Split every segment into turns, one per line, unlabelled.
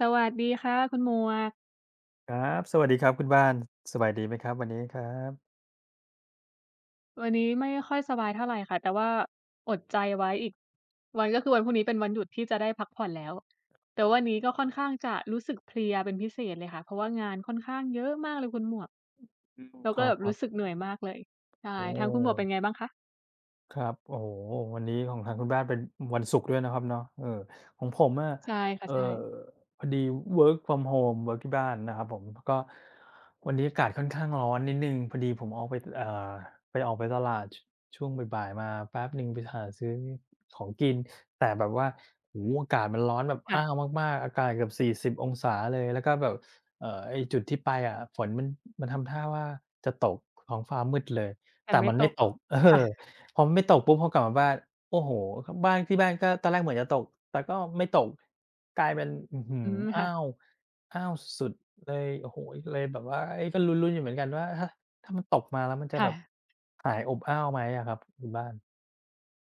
สวัสดีค่ะคุณหมวก
ครับ สวัสดีครับคุณบ้านสบายดีไหมครับวันนี้ครับ
วันนี้ไม่ค่อยสบายเท่าไรค่ะแต่ว่าอดใจไว้อีกวันก็คือวันพรุ่งนี้เป็นวันหยุดที่จะได้พักผ่อนแล้วแต่วันนี้ก็ค่อนข้างจะรู้สึกเพลียเป็นพิเศษเลยค่ะเพราะว่างานค่อนข้างเยอะมากเลยคุณหมวก
อืม
เรา
ค
ก็
ร
แบบ
ั
รู้
บๆ
สึกเหนื่อยมากเลยใช่
โอ้
ทางคุณหมวกเป็นไงบ้างคะ
ครับโอ้โฮวันนี้ของทางคุณบ้านเป็นวันศุกร์ด้วยนะครับเนาะเออของผมอะ
ใช่ค่ะ
เอ่อ
ใช่
พอดี work from home work ที่บ้านนะครับผมก็วันนี้อากาศค่อนข้างร้อนนิดหนึ่งพอดีผมออกไปไปออกไปตลาดช่วงบ่ายๆมาแป๊บหนึ่งไปหาซื้อของกินแต่แบบว่าโอ้โฮอากาศมันร้อนแบบอ้าว
ค่ะ
มากๆอากาศเกือบ40องศาเลยแล้วก็แบบไอ้จุดที่ไปอะฝนมันทำท่าว่าจะตกท้องฟ้ามืดเลย
แต่
แต่
ไม่
มัน
ต
ไม่
ก
ตกเอ
ค่ะ
อ พอไม่ตกปุ๊บพอกลับมาบ้านโอ้โฮบ้านที่บ้านก็ตอนแรกเหมือนจะตกแต่ก็ไม่ตกกลายเป็นอื้อฮื
อื
อ
มค่ะ
อ้าวอ้าวสุดๆเลยโอ้โฮเลยแบบว่าเอ๊ะก็ลุ้นๆอยู่เหมือนกันว่าถ้ามันตกมาแล้วมันจะ
ค่ะ
แบบหายอบอ้าวไหมอะครับคุณบ้าน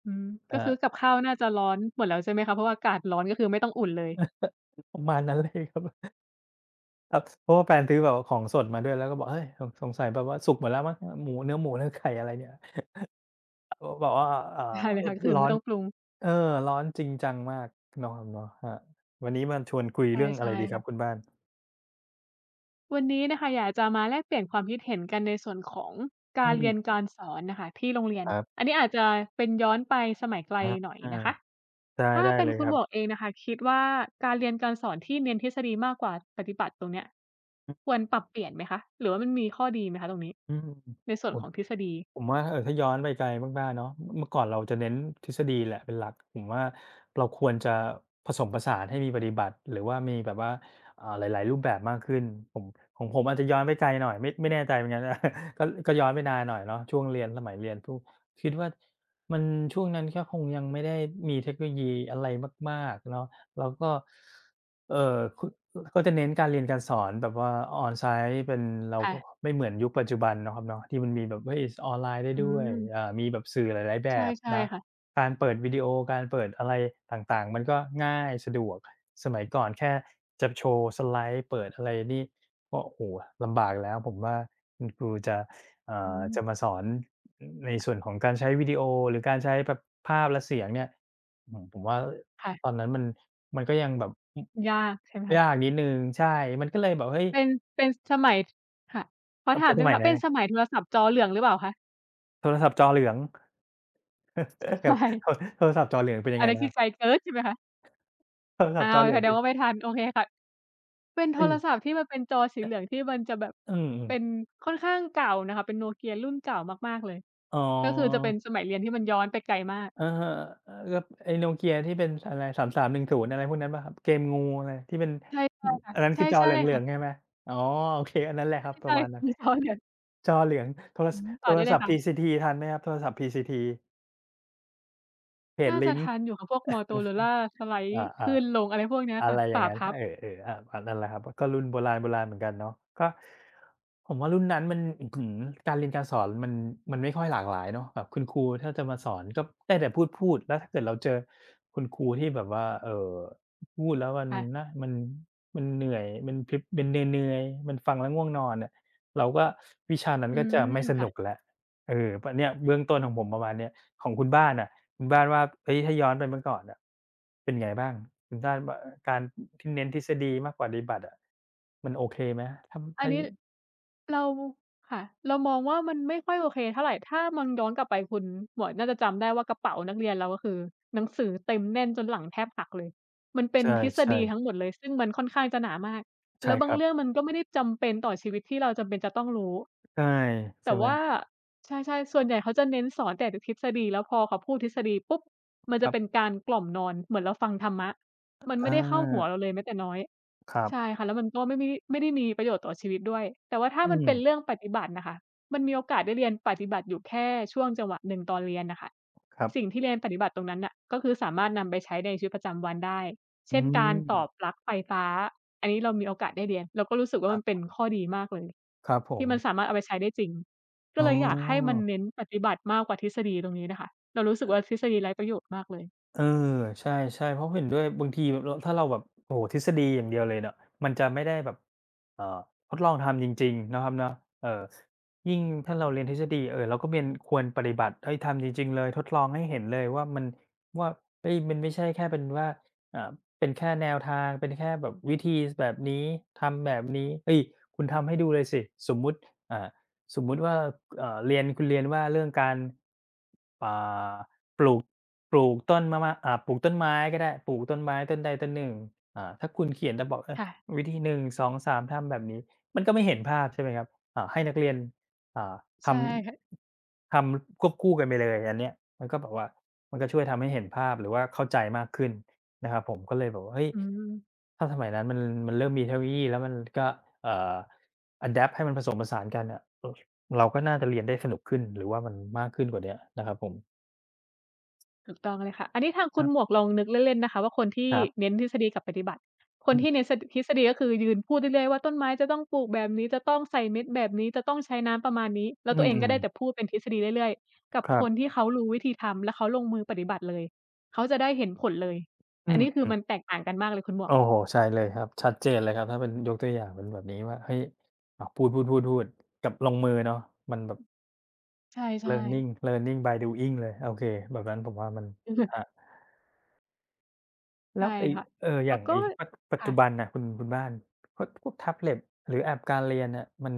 อืมก็คือ
อ่า
กับข้าวน่าจะร้อนหมดแล้วใช่ไหมคะเพราะว่าอากาศร้อนก็คือไม่ต้องอุ่นเลย
ประมาณนั้นเลยครับครับเพราะว่าแฟนซื้อแบบของสดมาด้วยแล้วก็บอกเฮ้ยสงสัยแบบว่าสุกหมดแล้วมั้งหมูเนื้อไก่อะไรเนี่ยเขาบอกว่าอ่า
ได้เลยค่ะก็คือ
ร้อ
ไม่
น
ต้องปรุง
เออร้อนจริงจังมากเนาะครับเนาะครับวันนี้มาชวนคุย
ใช่
เรื่องอะ
ใช่
ไรดีครั
ค่ะ
บคุณบ้าน
วันนี้นะคะอยากจะมาแลกเปลี่ยนความคิดเห็นกันในส่วนของ
อื
การเรียน
ม
การสอนน่ะค่ะที่โรงเรียน
ครั
อัน
บ
นี้อาจจะเป็นย้อนไปสมัยไกลหน่อย
อา
นะคะถ้า
ได้
เป็น
เลย
คุ
ค
ณห
รั
ม
บ
วกเองน่ะค่ะคิดว่าการเรียนการสอนที่เน้นทฤษฎีมากกว่าปฏิบัติตรงเนี้ยควรปรับเปลี่ยนไหมคะหรือว่ามันมีข้อดีไหมคะตรงนี้
อืม
ในส่วนของทฤษฎี
ผมว่าถ้าย้อนไปไกลมากๆเนาะเมื่อก่อนเราจะเน้นทฤษฎีแหละเป็นหลักผมว่าเราควรจะผสมผสานให้มีปฏิบัติหรือว่ามีแบบว่าอ่าหลายๆรูปแบบมากขึ้นผมของผมอาจจะย้อนไปไกลหน่อยไม่แน่ใจเหมือนกัน ก็ย้อนไปนานหน่อยเนาะช่วงเรียนสมัยเรียนทุคิดว่ามันช่วงนั้นก็คงยังไม่ได้มีเทคโนโลยีอะไรมากๆเนาะแล้วก็ เอ่อคุก็จะเน้นการเรียนการสอนแบบว่า on-site เป็นเราก็
ค่ะ
ไม่เหมือนยุคปัจจุบันเนาะครับเนาะที่มันมีแบบเฮ้ยออนไลน์ได้
อื
ด้วย
ม
อ่ามีแบบสื่อหลายๆแบ
ใช่
บ
ใช่
นะ
ค่ะ
การเปิดวิดีโอการเปิดอะไรต่างๆมันก็ง่ายสะดวกสมัยก่อนแค่จะโชว์สไลด์เปิดอะไรนี่ก็โอ้โฮลำบากแล้วผมว่าคุณครูจะ
อืม
จะมาสอนในส่วนของการใช้วิดีโอหรือการใช้แบบภาพและเสียงเนี่ยอื้อฮือผมว่าตอน
ค่ะ
นั้นมันมันก็ยังแบบ
ยากใช่ไหมคะ
ยากนิดหนึ่งใช่ มันก็เลยแบบเฮ้ย
เป็นเป็นสมัยค่ะขอ
มัน
ถา
เป็
ม
น
ได้
ส
ไหม
มัย
คะ
นั้
เป็
น
นสมัยโทรศัพท์จอเหลืองหรือเปล่าคะ
โทรศัพท์จอเหลือง
ใช
กับโทร
่
โทรศัพท์จอเหลืองเป็นยั
อั
ง
น
ไง
นั้น
นะค
คือ
รั
ไกล
บ
เกินใช่ไหมคะ
โทรศัพ
อ้า
ท์จอ
ว
เหลื
แส
อง
ดง
เป็น
ว่าไม่ทันโอเคค่ะเป็นโท
เฮ้ย
รศัพท์ที่มันเป็นจอสีเหลือง
อ
ที่มันจะแบบ
อืม
เป็น
ๆ
ค่อนข้างเก่านะคะเป็น Nokia รุ่นเก่ามากๆเลย
อ๋อ
ก็คือจะเป็นสมัยเรียนที่มันย้อนไปไกลมาก
อะฮะเออก็ไอ้ Nokia ที่เป็นอะไร3310อะไรพวกนั้นเปล่าครับเกมงูอะไรที่เป็น
ใช่
อ
ๆค่ะ
อันนั้น
ใช่
คือจอ
ใช่
เหลืองๆ
ค่ะ
ใช่ไหมอ๋อโอเคอันนั้นแหละครับ
ใช่
ประ
ใช่
มาณนั้น
มีจอเหลือง
จอเหลืองโทร
อื
ส
มต่
โท
อ
ร
ได้เล
ศั
ย
พท์
ค่ะ
PCT ททันไหมครับโทรศัพท์ PCT เพจ
น่าจะ
ลิงก์
ทันอยู่ค่ะพวก Motorola สไล
อ
ด์
า
ขึ้นลงอะไรพวกเนี้ย
ๆ อะ
ค่ะ
ไรอย่า
ฝา
งนั้น
พับ
เออเอออาอันนั้นแหละครับก็รุ่นโบราณโบราณเหมือนกันเนาะก็ผมว่ารุ่นนั้นมันอื้อฮือการเรียนการสอนมันไม่ค่อยหลากหลายเนาะแบบคุณครูถ้าจะมาสอนก็ได้แต่พูดๆแล้วถ้าเกิดเราเจอคุณครูที่แบบว่าพูดแล้วมัน
ค่ะ
นะมันมันเหนื่อยมันพริบมันเหนื่อยๆมันฟังแล้วง่วงนอนเนี่ยเราก็วิชานั้น
อื
ก็จะ
ม
ไม่สนุก
ค่ะ
แล้วเออปเนี่ยเบื้องต้นของผมประมาณเนี้ยของคุณบ้านน่ะ คุณบ้านว่าเฮ้ยถ้าย้อนไปเมื่อก่อนอะเป็นไงบ้างคุณบ้านว่าการที่เน้นทฤษฎีมากกว่าปฏิบัติอะมันโอเคไหมถ้า
อัน
ถ้า
นี้เราค่ะเรามองว่ามันไม่ค่อยโอเคเท่าไรถ้ามองย้อนกลับไปคุณหมวกน่าจะจำได้ว่ากระเป๋านักเรียนเราก็คือหนังสือเต็มแน่นจนหลังแทบหักเลยมันเป็น
ใช
ทฤษ
่
ฎี
ๆ
ทั้งหมดเลยซึ่งมันค่อนข้างจะหนามากแล้
ใช่
วบา
ค
ง
รับ
เรื่องมันก็ไม่ได้จำเป็นต่อชีวิตที่เราจำเป็นจะต้องรู้
ใช่
แต่
ใช่ไหม
ว่าใช่ๆส่วนใหญ่เขาจะเน้นสอนแต่ทฤษฎีแล้วพอเขาพูดทฤษฎีปุ๊บมัน
ค
จะ
รั
เป็น
บ
การกล่อมนอนเหมือนเราฟังธรรมะมันไม่
อา
ได้เข้าหัวเราเลยแม้แต่น้อย
ครับ
ใช่ค่ะแล้วมันก็ไม่ได้มีประโยชน์ต่อชีวิตด้วยแต่ว่าถ้า
อื
มัน
ม
เป็นเรื่องปฏิบัติน่ะค่ะมันมีโอกาสได้เรียนปฏิบัติอยู่แค่ช่วงจังหวะหนึ่งตอนเรียนน่ะค่ะ
ครับ
สิ่งที่เรียนปฏิบัติตรงนั้นน่ะก็คือสามารถนำไปใช้ในชีวิตประจำวันได้
อื
เช่นการต่อ
ม
ปลั๊กไฟฟ้าอันนี้เรามีโอกาสได้เรียนเราก็รู้สึก
ค
ว่า
ร
มันเป็น
ับ
ข้อดีมากเลย
ครับผ
ที่
ม
มันสามารถเอาไปใช้ได้จริงก็
อ๋อ
เลยอยากให้มันเน้นปฏิบัติมากกว่าทฤษฎีตรงนี้น่ะค่ะเรารู้สึกว่าทฤษฎีไร้ประโยชน์มากเลย
เออใช่ๆเพราะเห็นด้วยบางทีแบบเราถ้าเราแบบโอ้โฮทฤษฎีอย่างเดียวเลยเนี่ยมันจะไม่ได้แบบเอ่อทดลองทำจริงๆนะครับเนาะเอ่อยิ่งถ้าเราเรียนทฤษฎีเราก็เป็นควรปฏิบัติเฮ้ยทำจริงๆเลยทดลองให้เห็นเลยว่ามันว่าเฮ้ยมันไม่ใช่แค่เป็นว่าอ่าเป็นแค่แนวทางเป็นแค่แบบวิธีแบบนี้ทำแบบนี้เฮ้ยคุณทำให้ดูเลยสิสมมุติอ่า สมมุติว่าเรียนคุณเรียนว่าเรื่องการอ่าปลูกต้นมะม่าปลูกต้นไม้ก็ได้ปลูกต้นไม้ต้นใดต้นหนึ่งถ้าคุณเขียนแต่บอกเออ
ค่ะ
วิธีหนึ่งสองสามทำแบบนี้มันก็ไม่เห็นภาพใช่ไหมครับให้นักเรียนอ่าท
ใช่ค่ะ
ำควบคู่กันไปเลยอันเนี้ยมันก็แบบว่ามันก็ช่วยทำให้เห็นภาพหรือว่าเข้าใจมากขึ้นนะครับผมก็เลยแบบว่าเฮ้ย
อืม
ถ้าสมัยนั้นมันเริ่มมีเทคโนโลยีแล้วมันก็เอ่ออะแดปต์ให้มันผสมผสานกันอะ เราก็น่าจะเรียนได้สนุกขึ้นหรือว่ามันมากขึ้นกว่าเนี้ยนะครับผม
ถูกต้องเลยค่ะอันนี้ทาง
ค
คุณ
รั
หมวก
บ
ลองนึกเล่นๆนะคะว่าคนที่
ครับ
เน้นทฤษฎีกับปฏิบัติคน
อืม
ที่เน้นสทฤษฎีก็คือยืนพูดเรื่อยๆว่าต้นไม้จะต้องปลูกแบบนี้จะต้องใส่เม็ดแบบนี้จะต้องใช้น้ำประมาณนี้แล้
อื
วตัวเองก็ได้แต่
ม
พูดเป็นทฤษฎีเรื่อยๆกับ
ๆครั
ค
บ
นที่เขารู้วิธีทำแล้วเขาลงมือปฏิบัติเลยเขาจะได้เห็นผลเลย
อื
อันนี้คือมั
ม
นแต
ๆ
กต่างกันมากเลยคุณหมวก
โอ้โฮใช่เลยครับชัดเจนเลยครับถ้าเป็นยกตัวอย่างเป็นแบบนี้ว่าเฮ้ยอาพูดๆๆๆกับลงมือเนาะมันแบบ
ใช่ๆ
learning by doing เลยโอเคแบบนั้นผมว่ามันครับ แล้
ใช่
วไอ้
ค่ะ
อ
แล้
ย่า
ว
ง
ก็
ไอ้ปัจ
ค่ะ
จุบันน่ะคุณบ้านพวกแท็บเล็ตหรือแอปการเรียนน่ะ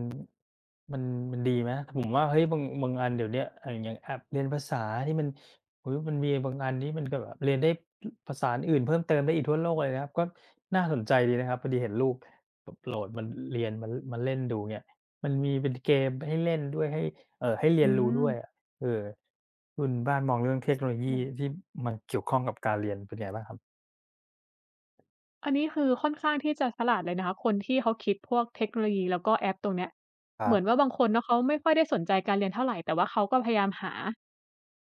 มันมันดีไหมผมว่าเฮ้ยบางอันเดี๋ยวเนี้ยอย่างแอปเรียนภาษาที่มันโอ้โฮมันมีบางอันที่มันก็แบบเรียนได้ภาษาอื่นๆเพิ่มเติมได้อีกทั่วโลกเลยนะครับก็น่าสนใจดีนะครับพอดีเห็นลูกแบบโหลดมันเรียนมันเล่นดูเนี่ยมันมีเป็นเกมให้เล่นด้วยให้ให้เรี
อื
ยนรู้
ม
ด้วยอะเออคุณบ้านมองเรื่องเทคโนโลยีที่มันเกี่ยวข้องกับการเรียนเป็นไงบ้างครับ
อันนี้คือค่อนข้างที่จะฉลาดเลยนะคะคนที่เขาคิดพวกเทคโนโลยีแล้วก็แอปตรงเนี้ย
ค
เห
รั
มือนว่า
บ
บางคนเนาะเขาไม่ค่อยได้สนใจการเรียนเท่าไรแต่ว่าเขาก็พยายามหา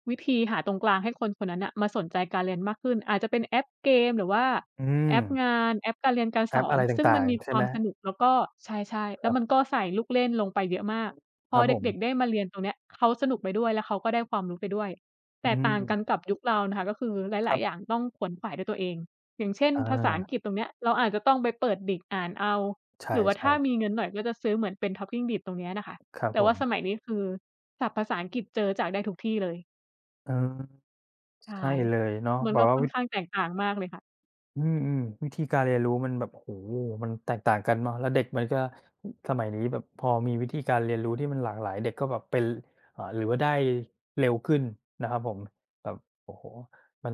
วิธีหาตรงกลางให้คนคนนั้นน่ะมาสนใจการเรียนมากขึ้นอาจจะเป็นแอปเกมหรือว่า
อื
แอ
ม
ปงานแอปการเรียนการ
แอ
ส
ป
อน
อะไร
ซึ่งมั
ต่า
น
ง
มี
ๆ
ค
ใช่
วา
ไหม
มสนุกแล้วก็ใช่ๆ
ค
แล้
รั
วมัน
บ
ก็ใส่ลูกเล่นลงไปเยอะมากพ
ค
อ
รับผ
เด็กๆได้
ม
มาเรียนตรงเนี้ยเขาสนุกไปด้วยแล้วเขาก็ได้ความรู้ไปด้วย
อื
แตกต่างกัน
ม
กับยุคเรานะคะก็คือห
ค
ลาย
รั
ๆอย่าง
บ
ต้องขวนขวายด้วยตัวเอง อย่างเช่น
อ
ภาษาอัง
า
กฤษตรงเนี้ยเราอาจจะต้องไปเปิดดิกอ่านเอา
ใช
หรือว่าถ้า
่
มีเงินหน่อยก็จะซื้อเหมือนเป็น Talking Dead ตรงเนี้ยน่ะค่ะ
ๆครับ
แต่
ผ
ว่า
ม
สมัยนี้คือศัพท์ภาษาอังกฤษเจอจากได้ทุกที่เลย
เออ
ใช่
ใช่เลยเนาะ
มัน
แบ
ก็
บว่า
ค่อนข้างแตกต่างมากเลยค่ะ
อืมอืมวิธีการเรียนรู้มันแบบโอ้โหมันแตกต่างกันเนาะแล้วเด็กมันก็สมัยนี้แบบพอมีวิธีการเรียนรู้ที่มันหลากหลายเด็กก็แบบเป็นเอ่าหรือว่าได้เร็วขึ้นนะครับผมแบบโอ้โหมัน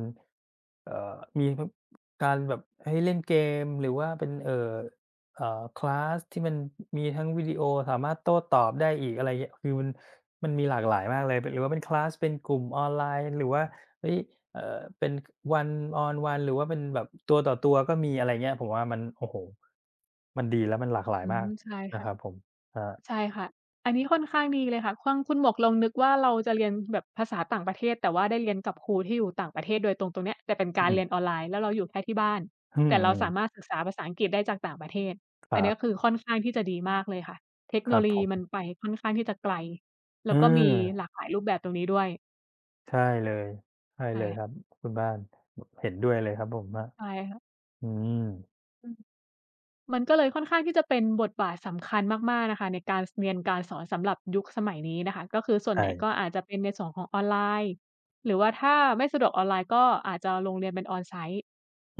เอ่อมีการแบบให้เล่นเกมหรือว่าเป็นเอ่อคลาสที่มันมีทั้งวิดีโอสามารถโต้ตอบได้อีกอะไรเงี้ยคือมันมีหลากหลายมากเลยหรือว่าเป็นคลาสเป็นกลุ่มออนไลน์หรือว่า เฮ้ยเอ่อเป็น one on one หรือว่าเป็นแบบตัวต่อตัวก็มีอะไรเงี้ยผมว่ามันโอ้โฮมันดีแล้วมันหลากหลาย
อื
มา
ม
ก
ใช่
นะ
ค่ะ
ครับผมครับ
ใช่ค่ะ อันนี้ค่อนข้างดีเลยค่ะควงคุณหมวกลองนึกว่าเราจะเรียนแบบภาษาต่างประเทศแต่ว่าได้เรียนกับครูที่อยู่ต่างประเทศโดยตรงตรงเนี้ยแต่เป็น
อื
การเรี
ม
ยนออนไลน์แล้วเราอยู่แค่ที่บ้าน
อื
แต่เรา
ม
สา
ๆ
มารถศึกษาภาษาอังกฤษได้จากต่างประเทศ
ค
อั
รั
นเนี้ย
บ
คือค่อนข้างที่จะดีมากเลยค่ะเทค
ค
โน
รับ
โล
ผ
ยี
ม
มันไปค่อนข้างที่จะไกลแล้
อื
วก็มีห
ม
ลากหลายรูปแบบตรงนี้ด้วย
ใช่เลยใช่
ใช่
เลย
ค่ะ
ครับคุณบ้านเห็นด้วยเลยครับผมว่า
ใช่ค่ะ
อืม
อืม มันก็เลยค่อนข้างที่จะเป็นบทบาทสำคัญมากๆนะคะในการสเรียนการสอนสำหรับยุคสมัยนี้นะคะก็คือส่วนให
ใช่
ญ่ก็อาจจะเป็นในส่วนของออนไลน์หรือว่าถ้าไม่สะดวกออนไลน์ก็อาจจะลงเรียนเป็น on-site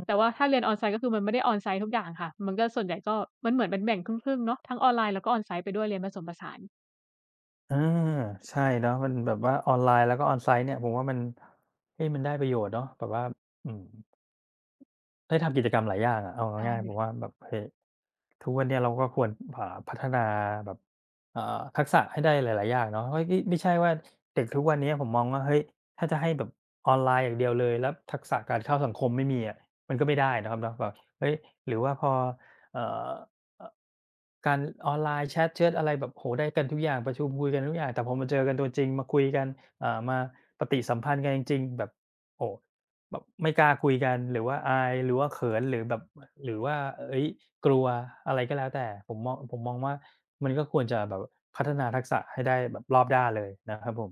แต่ว่าถ้าเรียน on-site ก็คือมันไม่ได้ on-site ทุกอย่างค่ะมันก็ส่วนใหญ่ก็มันเหมือนเป็นแบ่งครึ่งๆเนาะทั้งออนไลน์แล้วก็ on-site ไปด้วยเรียนผสมผสาน
เออใช่เนาะมันแบบว่าออนไลน์แล้วก็ on-site เนี่ยผมว่ามันเฮ้ยมันได้ประโยชน์เนาะแบบว่าอืม ได้ทำกิจกรรมหลายอย่างอะเอา
ใช่
ง่ายๆผมว่าแบบเฮ้ยทุกวันเนี้ยเราก็ควรพัฒนาแบบอ่าทักษะให้ได้หลายๆอย่างเนาะเฮ้ยนี่ไม่ใช่ว่าเด็กทุกวันเนี้ยผมมองว่าเฮ้ยถ้าจะให้แบบออนไลน์อย่างเดียวเลยแล้วทักษะการเข้าสังคมไม่มีอะมันก็ไม่ได้นะครับเนาะแบบเฮ้ยหรือว่าพอเอ่ออการออนไลน์แชตอะไรแบบโอ้โฮได้กันทุกอย่างประชุมคุยกันทุกอย่างแต่พอมาเจอกันตัวจริงมาคุยกันมาปฏิสัมพันธ์กันจริงๆแบบโอ้ แบบไม่กล้าคุยกันหรือว่าอายหรือว่าเขินหรือแบบหรือว่าเฮ้ยกลัวอะไรก็แล้วแต่ผมมองว่ามันก็ควรจะแบบพัฒนาทักษะให้ได้แบบรอบด้านเลยนะครับผม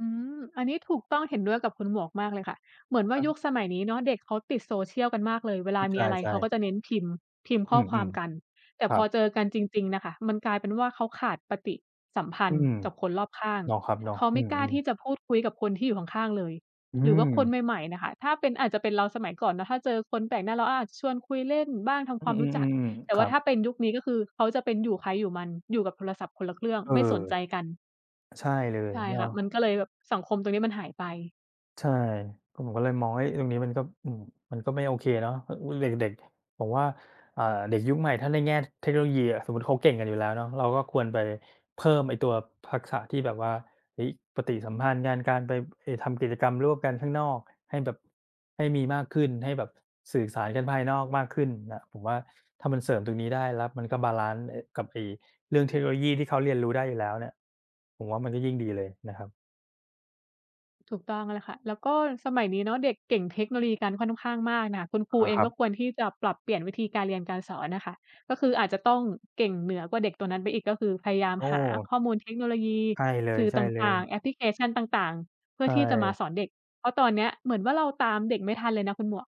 อืมอันนี้ถูกต้องเห็นด้วยกับคุณหมวกมากเลยค่ะเหมือน
ค
ว่า
รั
ยุคส
บ
มัยนี้เนาะเด็กเขาติด social กันมากเลย เวลา
อือ
มีอะไร
ใช่
เขา
ๆ
ก็จะเน้นพิมพ์
อื
ข้อความ
ม
กันแต่
ๆค
พ
รั
อเจอ
บ
กันจริงๆน่ะค่ะมันกลายเป็นว่าเขาขาดปฏิสัมพัน
อื
ธ์
ม
กับคนรอบข้าง
เนาะครับเนาะ
เขา
อื
ไม่
ม
กล้าที่จะพูดคุยกับคนที่อยู่ข้างๆเลย
ๆอื
หรือว่า
ม
คนใหม่ๆน่ะค่ะถ้าเป็นอาจจะเป็นเราสมัยก่อนเนาะถ้าเจอคนแปลกหน้าเราอาจจะชวนคุยเล่นบ้างทำค
อื
วามรู้จัก
อๆๆ
แต่
ๆค
ว่า
รับ
ถ้าเป็นยุคนี้ก็คือเขาจะเป็นอยู่ใครอยู่มันอยู่กับโทรศัพท์คนละเครื่อง
เอ
ไม่สนใจ
อ
กัน
ใช่เลย
ใช่
เนาะ
ค่ะมันก็เลยแบบสังคมตรงนี้มันหายไป
ใช่ก็ผมก็เลยมองเฮ้ยตรงนี้มันก็อืมมันก็ไม่โอเคเนาะอเด็กๆผมว่าอ่าเด็กยุคใหม่ถ้าในแง่เทคโนโลยีอะสมมุติเขาเก่งกันอยู่แล้วเนาะเราก็ควรไปเพิ่มไอ้ตัวทักษะที่แบบว่าเฮ้ยปฏิสัมพันธ์กันการไปไอ้ทำกิจกรรมร่วมกันข้างนอกให้แบบให้มีมากขึ้นให้แบบสื่อสารกันภายนอกมากขึ้นน่ะผมว่าถ้ามันเสริมตรงนี้ได้แล้วมันก็บาลันซ์เอ๊ะกับไอ้เรื่องเทคโนโลยีที่เขาเรียนรู้ได้อยู่แล้วเนี่ยผมว่ามันก็ยิ่งดีเลยนะครับ
ถูกต้องแล้วค่ะแล้วก็สมัยนี้เนาะเด็กเก่งเทคโนโลยีกันค่อนข้างมากน่ะคุณครู
อา
เอง
ครั
ก็
บ
ควรที่จะปรับเปลี่ยนวิธีการเรียนการสอนน่ะค่ะก็คืออาจจะต้องเก่งเหนือกว่าเด็กตัวนั้นไปอีกก็คือพยายาม
โอ้
หาข้อมูลเทคโนโลยี
ใช่เลย
สื่อต
ใช่เลย
่างๆแอปพลิเคชันต่างๆเพื่อ
ใช่
ที่จะมาสอนเด็กเพราะตอนเนี้ยเหมือนว่าเราตามเด็กไม่ทันเลยนะคุณหมวก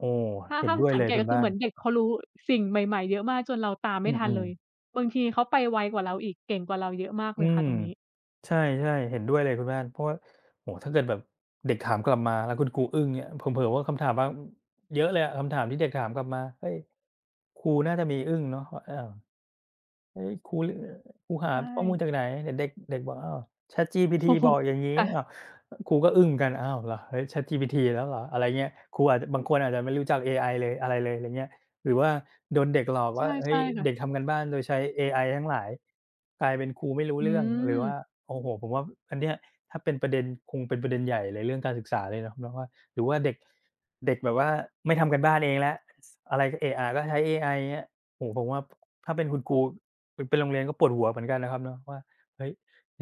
โอ้
ถ้า
เห็น
ถ้า
ด้วย
สัง
เลย
เกต
คุณ
ก็คือ
บ้า
เห
น
มือนเด็กเขารู้สิ่งใหม่ๆเยอะมากจนเราตามไม่
อื
ทัน
ม
เลย
ๆ
บางทีเขาไปไวกว่าเราอีกเก่งกว่าเราเยอะมากเล
อื
ยค่ะ
ม
ตรงนี้
ใช่ๆเห็นด้วยเลยคุณบ้านเพราะว่าโอ้โฮถ้าเกิดแบบเด็กถามกลับมาแล้วคุณครูอึ้งเนี่ยเผลอๆว่าคำถามบางเยอะเลยอะคำถามที่เด็กถามกลับมาเฮ้ยครูน่าจะมีอึ้งเนาะว่าเออ เฮ้ยครูหา
ใช่
ข้อมูลจากไหนเดี๋ยวเด็กเด็กบอกอ้าว ChatGPT
โอ้โฮ
บอกอย่างงี้อ้าว
ค่ะ
ครูก็อึ้งกันอ้าวเหรอเฮ้ย ChatGPT แล้วเหรออะไรเงี้ยครูอาจจะบางคนอาจจะไม่รู้จักเอไอเลยอะไรเลยอะไรเงี้ยหรือว่าโดนเด็กหลอกว่า
ใช่
เฮ้
ใช่
ย
ค่ะ
เด็กทำการบ้านโดยใช้เอไอทั้งหลายกลายเป็นครูไม่รู้
อื
เรื่องหรือว่า
ม
โอ้โฮผมว่าอันเนี้ยถ้าเป็นประเด็นคงเป็นประเด็นใหญ่เลยเรื่องการศึกษาเลยเนาะเนาะว่าหรือว่าเด็กเด็กแบบว่าไม่ทำการบ้านเองแล้วอะไรก็เอะอะก็ใช้เอไอเงี้ยโอ้โฮผมว่าถ้าเป็นคุณครู เป็นโรงเรียนก็ปวดหัวเหมือนกันนะครับเนาะว่าเฮ้ย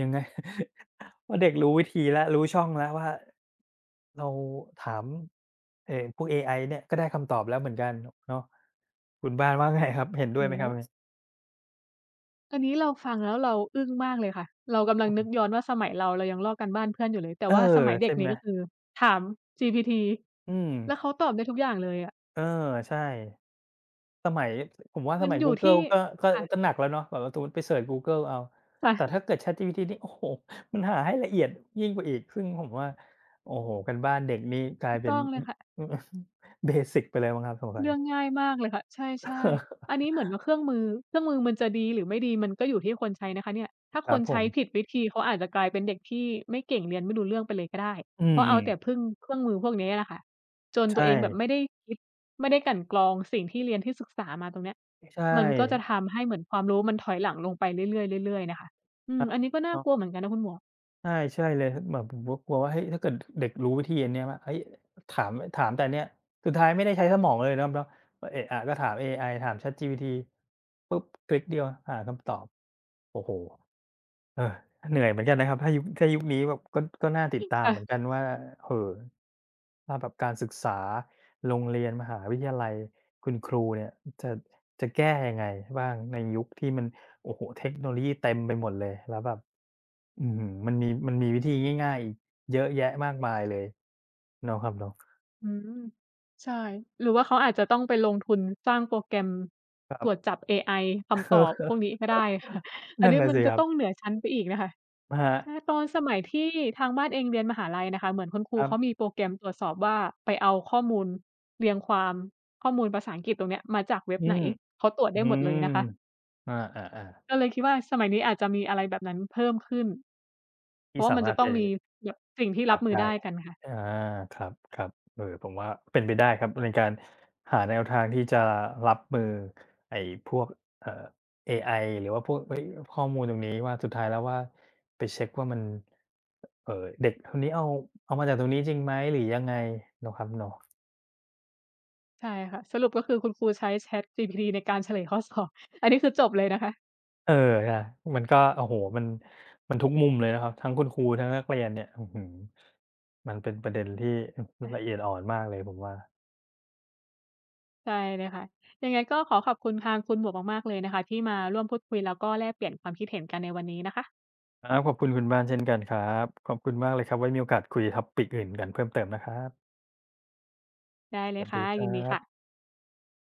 ยังไง ว่าเด็กรู้วิธีแล้วรู้ช่องแล้วว่าเราถามเออพวกเอไอเนี่ยก็ได้คำตอบแล้วเหมือนกันเนาะคุณบ้านว่าไงครับเห็นด้วย
โอ้
ไหมค
โฮ
รับเนย
อันนี้เราฟังแล้วเราอึ้งมากเลยค่ะ เรากำลังนึกย้อนว่าสมัยเราเรายังลอกการบ้านเพื่อนอยู่เลย แต่
เออ
ว่าสมัยเด็ก
ใช่
นี่
ไหม
ก็คือถาม GPT
อืม
แล้วเขาตอบได้ทุกอย่างเลยอะ
เออใช่ สมัยผมว่าส
มัน
มัย
อยู่
กูเกิล
ที่
ก็ก็
ค่ะ
ก็หนักแล้วเนาะแบบว่าสมมุติไปเซิร์ชกูเกิลเอา แต่
ค่ะ
ถ้าเกิด ChatGPT นี่ โอ้โฮมันหาให้ละเอียดยิ่งกว่าอีก ซึ่งผมว่าโอ้โฮการบ้านเด็กนี่กลา
ถู
ย
ก
เป็น
ต้อง เล
อ
ย
อ
ค่ะ
อือเบสิกไปเลยมั้งครับสงสั
เรื่อง
ย
ง่ายมากเลยค่ะใช่ๆอันนี้เหมือนว่าเครื่องมือมันจะดีหรือไม่ดีมันก็อยู่ที่คนใช้นะคะเนี่ยถ้า
ค
ค
รั
น
บผ
ใช้ผิด
ม
วิธีเขาอาจจะกลายเป็นเด็กที่ไม่เก่งเรียนไม่รู้เรื่องไปเลยก็ได้
อื
เพราะเอา
ม
แต่
ๆ
พึ่งเครื่องมือพวกนี้อะค่ะจนตัวเอ
ใช่
งแบบไม่ได้คิดไม่ได้กลั่นกรองสิ่งที่เรียนที่ศึกษามาตรงเนี้ย
ใช่
มันก็จะทำให้เหมือนความรู้มันถอยหลังลงไปเรื่อยๆเรื่อยๆน่ะค่ะอื
ค
ม
รับ
อันนี้ก็น่ากลัว
เนาะ
เหมือนกันนะคุณหมวก
ใช่ใช่เลยแบบผมก็กลัวว่าเฮ้ยถ้าเกิดเด็กรู้วิธีอันเนี้ยว่าเฮ้ยถามแต่เนี้ยสุดท้ายไม่ได้ใช้สมองเลยเนาะเนาะก็เอะอะก็ถามเอไอถาม ChatGPT ปุ๊บคลิกเดียวหาคำตอบโอ้โฮเออเหนื่อยเหมือนกันนะครับถ้ายุคนี้แบบก็น่าติด ตามเหมือนกั
ค่ะ
นว่าเอ่อถ้าแบบการศึกษาโรงเรียนมหาวิทยาลัยคุณครูเนี่ยจะจะแก้ยังไงบ้างในยุคที่มันโอ้โฮเทคโนโลยีเต็มไปหมดเลยแล้วแบบ อื้อฮือมันมีวิธีง่ายๆอีกเยอะแยะมากมายเลยเนาะครับเนาะ
อืมใช่หรือว่าเขาอาจจะต้องไปลงทุนสร้างโปรแกรมตรวจจับเอไอ คำตอบพวก
เออ
นี้ก็ได้ค่ะ อัน
นั่น
นี้
น่ะ
มัน
สิ
จะ
ครับ
ต้องเหนือชั้นไปอีกนะคะ
ครั
ใช่
บ
ตอนสมัยที่ทางบ้านเองเรียนมหาลัยนะคะเหมือนคุณครู
ครั
เขา
บ
มีโปรแกรมตรวจสอบว่าไปเอาข้อมูลเรียงความข้อมูลภาษาอังกฤษตรงเนี้ยมาจากเว็บ
อื
ไหน
ม
เขาตรวจได้
อื
หมดเล
ม
ยนะคะ
อาๆ
ก็
ๆ
เลยคิดว่าสมัยนี้อาจจะมีอะไรแบบนั้นเพิ่มขึ้นเพ
ที่
ราะว่า
สา
มัน
มา
จะ
รถ
ต้
ไป
องมีแบบสิ่งที่รั
ตั
บ
ด
มือ
ได้
ได้กันค่ะ
อาครับๆเออผมว่าเป็นไปได้ครับในการหาแนวทางที่จะรับมือไอ้พวกเอ่อเอไอหรือว่าพวกเฮ้ยข้อมูลตรงนี้ว่าสุดท้ายแล้วว่าไปเช็กว่ามันเด็กคนนี้เอาเอามาจากตรงนี้จริงไหมหรือยังไงเนาะครับเนาะ
ใช่ค่ะสรุปก็คือคุณครูใช้ ChatGPT ในการเฉลยข้อสอบ อันนี้คือจบเลยนะคะ
เออนะมันก็โอ้โฮมันทุกมุมเลยนะครับทั้งคุณครูทั้งนักเรียนเนี่ยอื้อฮือมันเป็นประเด็นที่อือ
อา
ละเอียดอ่อนมากเลยผมว่า
ใช่เลยค่ะยังไงก็ขอขอบคุณทางคุณหมวกมากๆเลยนะคะที่มาร่วมพูดคุยแล้วก็แลกเปลี่ยนความคิดเห็นกันในวันนี้นะคะ
ครับขอบคุณคุณบ้านเช่นกันครับขอบคุณมากเลยครับไว้มีโอกาสคุย topic อื่นกันเพิ่มเติมนะครับ
ได้
ส
เลย
วัส
ค่ะ
ดีค
ยิน
รั
ดีค่ะ
บ